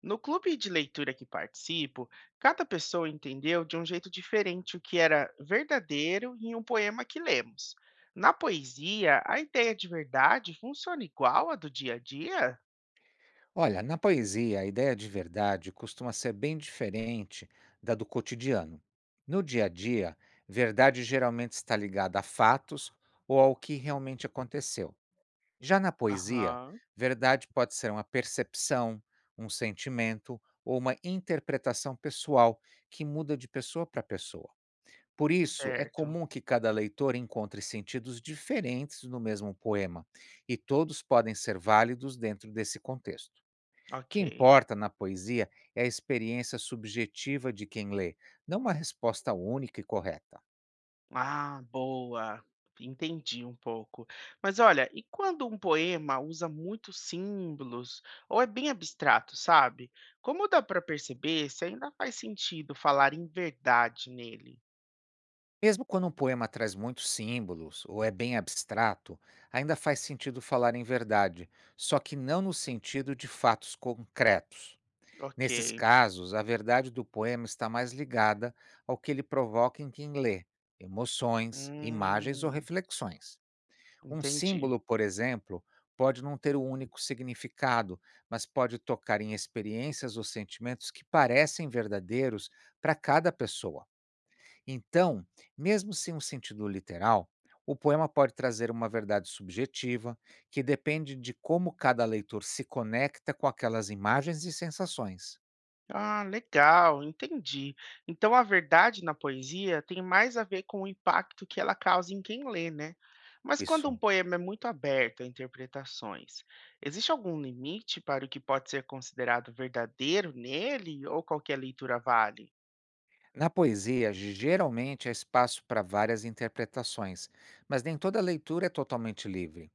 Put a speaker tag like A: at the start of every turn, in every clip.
A: No clube de leitura que participo, cada pessoa entendeu de um jeito diferente o que era verdadeiro em um poema que lemos. Na poesia, a ideia de verdade funciona igual à do dia a dia?
B: Olha, na poesia, a ideia de verdade costuma ser bem diferente da do cotidiano. No dia a dia, verdade geralmente está ligada a fatos ou ao que realmente aconteceu. Já na poesia,
A: Aham,
B: verdade pode ser uma percepção, um sentimento ou uma interpretação pessoal que muda de pessoa para pessoa. Por isso, é
A: certo.
B: comum que cada leitor encontre sentidos diferentes no mesmo poema, e todos podem ser válidos dentro desse contexto. O que
A: Ok.
B: importa na poesia é a experiência subjetiva de quem lê, não uma resposta única e correta.
A: Ah, boa. Entendi um pouco. Mas olha, e quando um poema usa muitos símbolos ou é bem abstrato, sabe? Como dá para perceber se ainda faz sentido falar em verdade nele?
B: Mesmo quando um poema traz muitos símbolos ou é bem abstrato, ainda faz sentido falar em verdade, só que não no sentido de fatos concretos. Nesses
A: Ok.
B: casos, a verdade do poema está mais ligada ao que ele provoca em quem lê, emoções, imagens ou
A: Hum,
B: reflexões. Um
A: entendi.
B: símbolo, por exemplo, pode não ter um único significado, mas pode tocar em experiências ou sentimentos que parecem verdadeiros para cada pessoa. Então, mesmo sem um sentido literal, o poema pode trazer uma verdade subjetiva que depende de como cada leitor se conecta com aquelas imagens e sensações.
A: Ah, legal, entendi. Então a verdade na poesia tem mais a ver com o impacto que ela causa em quem lê, né? Mas quando um
B: Isso.
A: poema é muito aberto a interpretações, existe algum limite para o que pode ser considerado verdadeiro nele ou qualquer leitura vale?
B: Na poesia, geralmente há espaço para várias interpretações, mas nem toda leitura é totalmente livre.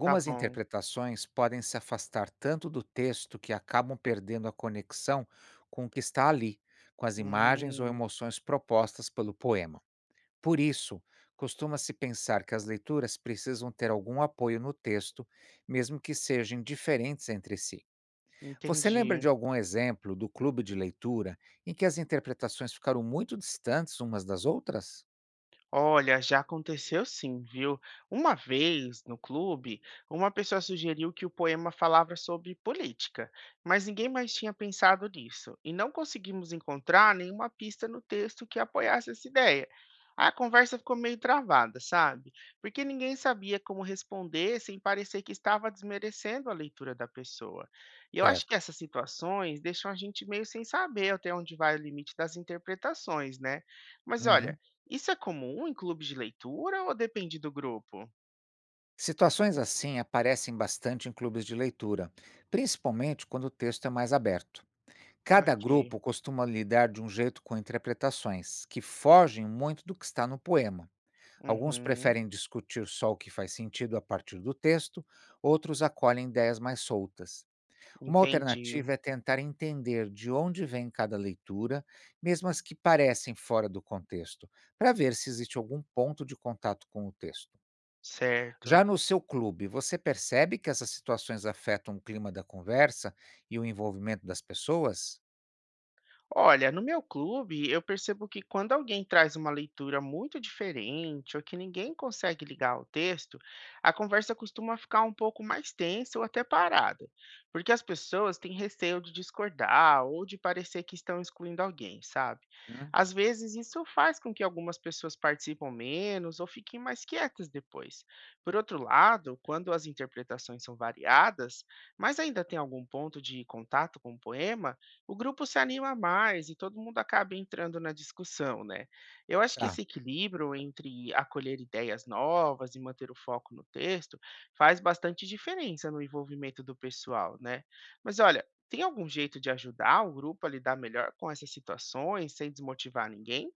A: Tá bom.
B: interpretações podem se afastar tanto do texto que acabam perdendo a conexão com o que está ali, com as imagens ou
A: Hum,
B: emoções propostas pelo poema. Por isso, costuma-se pensar que as leituras precisam ter algum apoio no texto, mesmo que sejam diferentes entre si. Você lembra
A: entendi.
B: de algum exemplo do clube de leitura em que as interpretações ficaram muito distantes umas das outras?
A: Olha, já aconteceu sim, viu? Uma vez, no clube, uma pessoa sugeriu que o poema falava sobre política, mas ninguém mais tinha pensado nisso, e não conseguimos encontrar nenhuma pista no texto que apoiasse essa ideia. A conversa ficou meio travada, sabe? Porque ninguém sabia como responder sem parecer que estava desmerecendo a leitura da pessoa. E eu acho que
B: Certo.
A: essas situações deixam a gente meio sem saber até onde vai o limite das interpretações, né? Mas olha,
B: Uhum.
A: isso é comum em clubes de leitura ou depende do grupo?
B: Situações assim aparecem bastante em clubes de leitura, principalmente quando o texto é mais aberto. Cada
A: Ok.
B: grupo costuma lidar de um jeito com interpretações, que fogem muito do que está no poema. Alguns
A: Uhum,
B: preferem discutir só o que faz sentido a partir do texto, outros acolhem ideias mais soltas. Uma
A: entendi,
B: alternativa é tentar entender de onde vem cada leitura, mesmo as que parecem fora do contexto, para ver se existe algum ponto de contato com o texto. Já
A: certo.
B: no seu clube, você percebe que essas situações afetam o clima da conversa e o envolvimento das pessoas?
A: Olha, no meu clube, eu percebo que quando alguém traz uma leitura muito diferente ou que ninguém consegue ligar ao texto, a conversa costuma ficar um pouco mais tensa ou até parada, porque as pessoas têm receio de discordar ou de parecer que estão excluindo alguém, sabe?
B: Hum.
A: Às vezes, isso faz com que algumas pessoas participam menos ou fiquem mais quietas depois. Por outro lado, quando as interpretações são variadas, mas ainda tem algum ponto de contato com o poema, o grupo se anima mais e todo mundo acaba entrando na discussão, né? Eu acho que
B: Tá.
A: esse equilíbrio entre acolher ideias novas e manter o foco no texto faz bastante diferença no envolvimento do pessoal, né? Mas olha, tem algum jeito de ajudar o grupo a lidar melhor com essas situações sem desmotivar ninguém?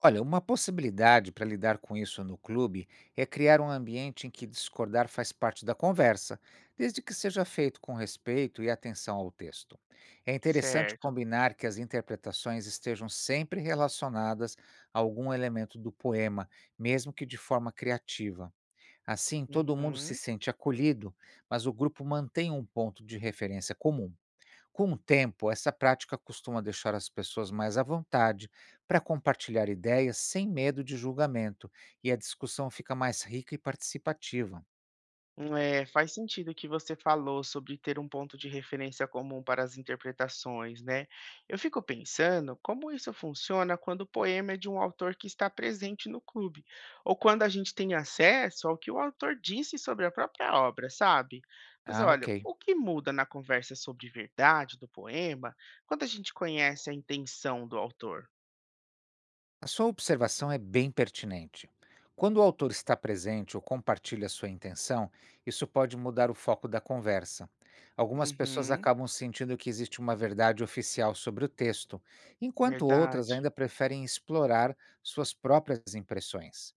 B: Olha, uma possibilidade para lidar com isso no clube é criar um ambiente em que discordar faz parte da conversa, desde que seja feito com respeito e atenção ao texto. É interessante
A: Certo.
B: combinar que as interpretações estejam sempre relacionadas a algum elemento do poema, mesmo que de forma criativa. Assim, todo mundo se
A: Uhum.
B: sente acolhido, mas o grupo mantém um ponto de referência comum. Com o tempo, essa prática costuma deixar as pessoas mais à vontade para compartilhar ideias sem medo de julgamento e a discussão fica mais rica e participativa.
A: É, faz sentido o que você falou sobre ter um ponto de referência comum para as interpretações, né? Eu fico pensando como isso funciona quando o poema é de um autor que está presente no clube, ou quando a gente tem acesso ao que o autor disse sobre a própria obra, sabe? Mas
B: Ah,
A: olha,
B: ok.
A: o que muda na conversa sobre verdade do poema quando a gente conhece a intenção do autor?
B: A sua observação é bem pertinente. Quando o autor está presente ou compartilha sua intenção, isso pode mudar o foco da conversa. Algumas pessoas
A: Uhum,
B: acabam sentindo que existe uma verdade oficial sobre o texto, enquanto outras
A: verdade,
B: ainda preferem explorar suas próprias impressões.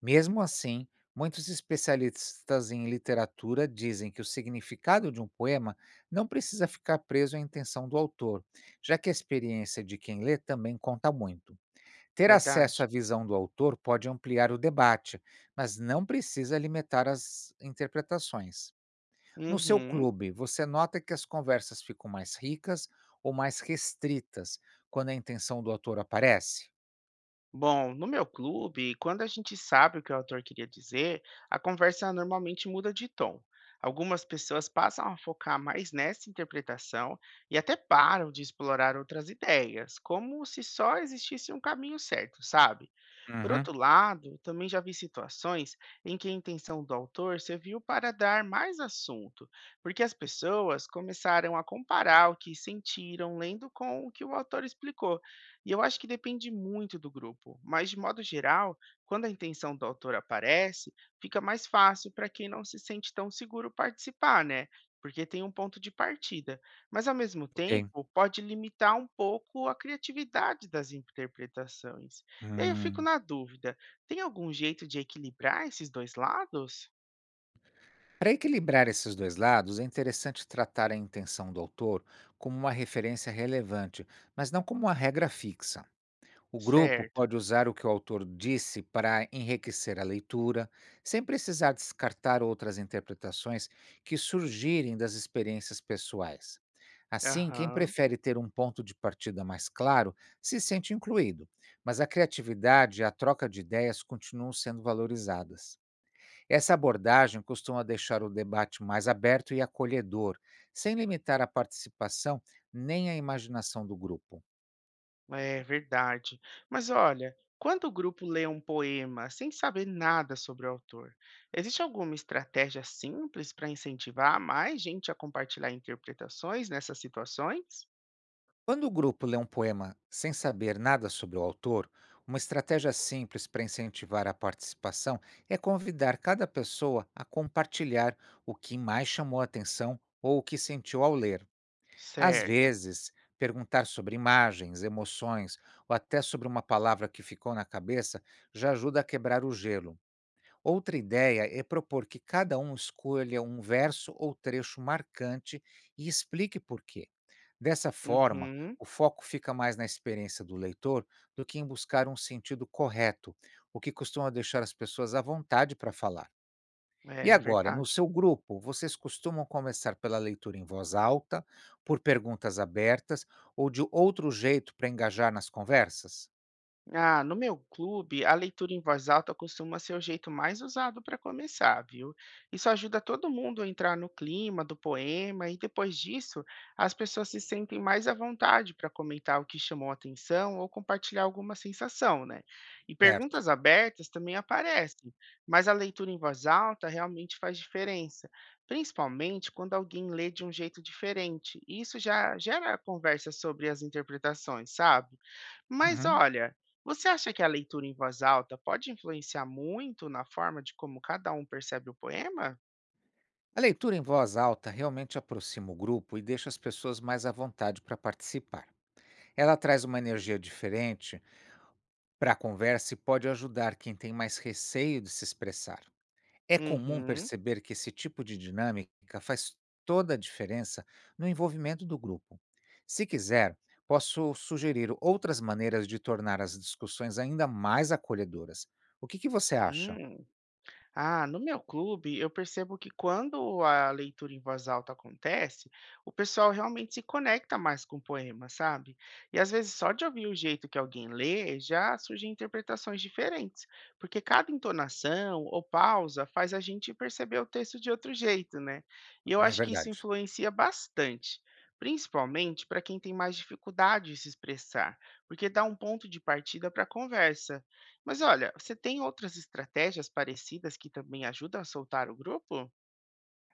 B: Mesmo assim, muitos especialistas em literatura dizem que o significado de um poema não precisa ficar preso à intenção do autor, já que a experiência de quem lê também conta muito. Ter acesso à
A: verdade.
B: visão do autor pode ampliar o debate, mas não precisa limitar as interpretações. No seu
A: Uhum.
B: clube, você nota que as conversas ficam mais ricas ou mais restritas quando a intenção do autor aparece?
A: Bom, no meu clube, quando a gente sabe o que o autor queria dizer, a conversa normalmente muda de tom. Algumas pessoas passam a focar mais nessa interpretação e até param de explorar outras ideias, como se só existisse um caminho certo, sabe? Por
B: Uhum.
A: outro lado, também já vi situações em que a intenção do autor serviu para dar mais assunto, porque as pessoas começaram a comparar o que sentiram lendo com o que o autor explicou. E eu acho que depende muito do grupo, mas de modo geral, quando a intenção do autor aparece, fica mais fácil para quem não se sente tão seguro participar, né? Porque tem um ponto de partida. Mas ao mesmo
B: Ok.
A: tempo, pode limitar um pouco a criatividade das interpretações. E aí eu fico
B: Hum.
A: na dúvida: tem algum jeito de equilibrar esses dois lados?
B: Para equilibrar esses dois lados, é interessante tratar a intenção do autor como uma referência relevante, mas não como uma regra fixa. O grupo
A: Certo.
B: pode usar o que o autor disse para enriquecer a leitura, sem precisar descartar outras interpretações que surgirem das experiências pessoais. Assim, quem
A: Aham.
B: prefere ter um ponto de partida mais claro se sente incluído, mas a criatividade e a troca de ideias continuam sendo valorizadas. Essa abordagem costuma deixar o debate mais aberto e acolhedor, sem limitar a participação nem a imaginação do grupo.
A: É verdade. Mas olha, quando o grupo lê um poema sem saber nada sobre o autor, existe alguma estratégia simples para incentivar mais gente a compartilhar interpretações nessas situações?
B: Quando o grupo lê um poema sem saber nada sobre o autor, uma estratégia simples para incentivar a participação é convidar cada pessoa a compartilhar o que mais chamou a atenção ou o que sentiu ao ler. Às
A: Certo.
B: vezes, perguntar sobre imagens, emoções ou até sobre uma palavra que ficou na cabeça já ajuda a quebrar o gelo. Outra ideia é propor que cada um escolha um verso ou trecho marcante e explique por quê. Dessa forma,
A: Uhum,
B: o foco fica mais na experiência do leitor do que em buscar um sentido correto, o que costuma deixar as pessoas à vontade para falar. E
A: é
B: agora, no
A: verdade.
B: seu grupo, vocês costumam começar pela leitura em voz alta, por perguntas abertas ou de outro jeito para engajar nas conversas?
A: Ah, no meu clube, a leitura em voz alta costuma ser o jeito mais usado para começar, viu? Isso ajuda todo mundo a entrar no clima do poema e depois disso, as pessoas se sentem mais à vontade para comentar o que chamou a atenção ou compartilhar alguma sensação, né? E
B: Certo.
A: perguntas abertas também aparecem, mas a leitura em voz alta realmente faz diferença, principalmente quando alguém lê de um jeito diferente. E isso já gera conversa sobre as interpretações, sabe? Mas
B: Uhum.
A: olha, você acha que a leitura em voz alta pode influenciar muito na forma de como cada um percebe o poema?
B: A leitura em voz alta realmente aproxima o grupo e deixa as pessoas mais à vontade para participar. Ela traz uma energia diferente para a conversa e pode ajudar quem tem mais receio de se expressar. É comum
A: Uhum.
B: perceber que esse tipo de dinâmica faz toda a diferença no envolvimento do grupo. Se quiser, posso sugerir outras maneiras de tornar as discussões ainda mais acolhedoras. O que você acha?
A: Hum. Ah, no meu clube, eu percebo que quando a leitura em voz alta acontece, o pessoal realmente se conecta mais com o poema, sabe? E às vezes só de ouvir o jeito que alguém lê, já surgem interpretações diferentes, porque cada entonação ou pausa faz a gente perceber o texto de outro jeito, né? E eu
B: É
A: acho que isso
B: verdade.
A: influencia bastante. Principalmente para quem tem mais dificuldade de se expressar, porque dá um ponto de partida para a conversa. Mas olha, você tem outras estratégias parecidas que também ajudam a soltar o grupo?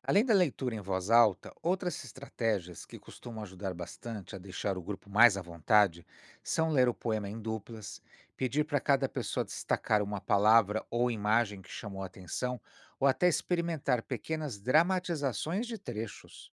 B: Além da leitura em voz alta, outras estratégias que costumam ajudar bastante a deixar o grupo mais à vontade são ler o poema em duplas, pedir para cada pessoa destacar uma palavra ou imagem que chamou a atenção, ou até experimentar pequenas dramatizações de trechos.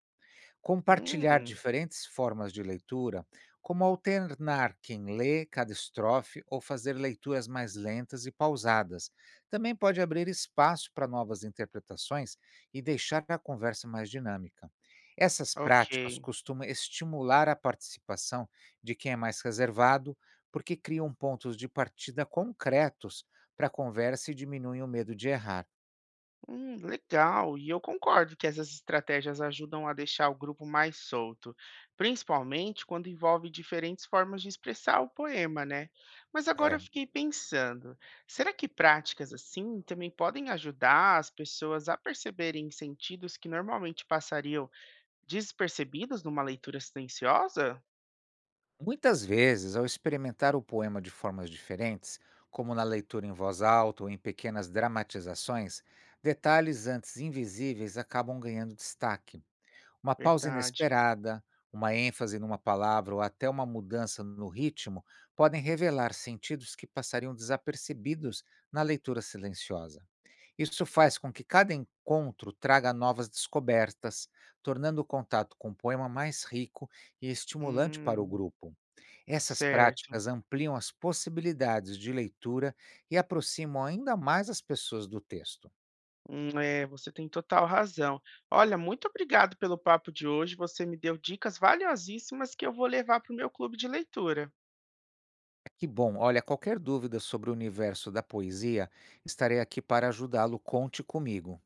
B: Compartilhar
A: Hum,
B: diferentes formas de leitura, como alternar quem lê cada estrofe ou fazer leituras mais lentas e pausadas, também pode abrir espaço para novas interpretações e deixar a conversa mais dinâmica. Essas práticas
A: ok.
B: costumam estimular a participação de quem é mais reservado, porque criam pontos de partida concretos para a conversa e diminuem o medo de errar.
A: Legal. E eu concordo que essas estratégias ajudam a deixar o grupo mais solto, principalmente quando envolve diferentes formas de expressar o poema, né? Mas agora eu
B: É.
A: fiquei pensando, será que práticas assim também podem ajudar as pessoas a perceberem sentidos que normalmente passariam despercebidos numa leitura silenciosa?
B: Muitas vezes, ao experimentar o poema de formas diferentes, como na leitura em voz alta ou em pequenas dramatizações, detalhes antes invisíveis acabam ganhando destaque. Uma pausa
A: Verdade.
B: inesperada, uma ênfase numa palavra ou até uma mudança no ritmo podem revelar sentidos que passariam desapercebidos na leitura silenciosa. Isso faz com que cada encontro traga novas descobertas, tornando o contato com o poema mais rico e estimulante para o
A: Hum,
B: grupo. Essas
A: certo.
B: práticas ampliam as possibilidades de leitura e aproximam ainda mais as pessoas do texto.
A: É, você tem total razão. Olha, muito obrigado pelo papo de hoje. Você me deu dicas valiosíssimas que eu vou levar para o meu clube de leitura.
B: Ah, que bom! Olha, qualquer dúvida sobre o universo da poesia, estarei aqui para ajudá-lo. Conte comigo.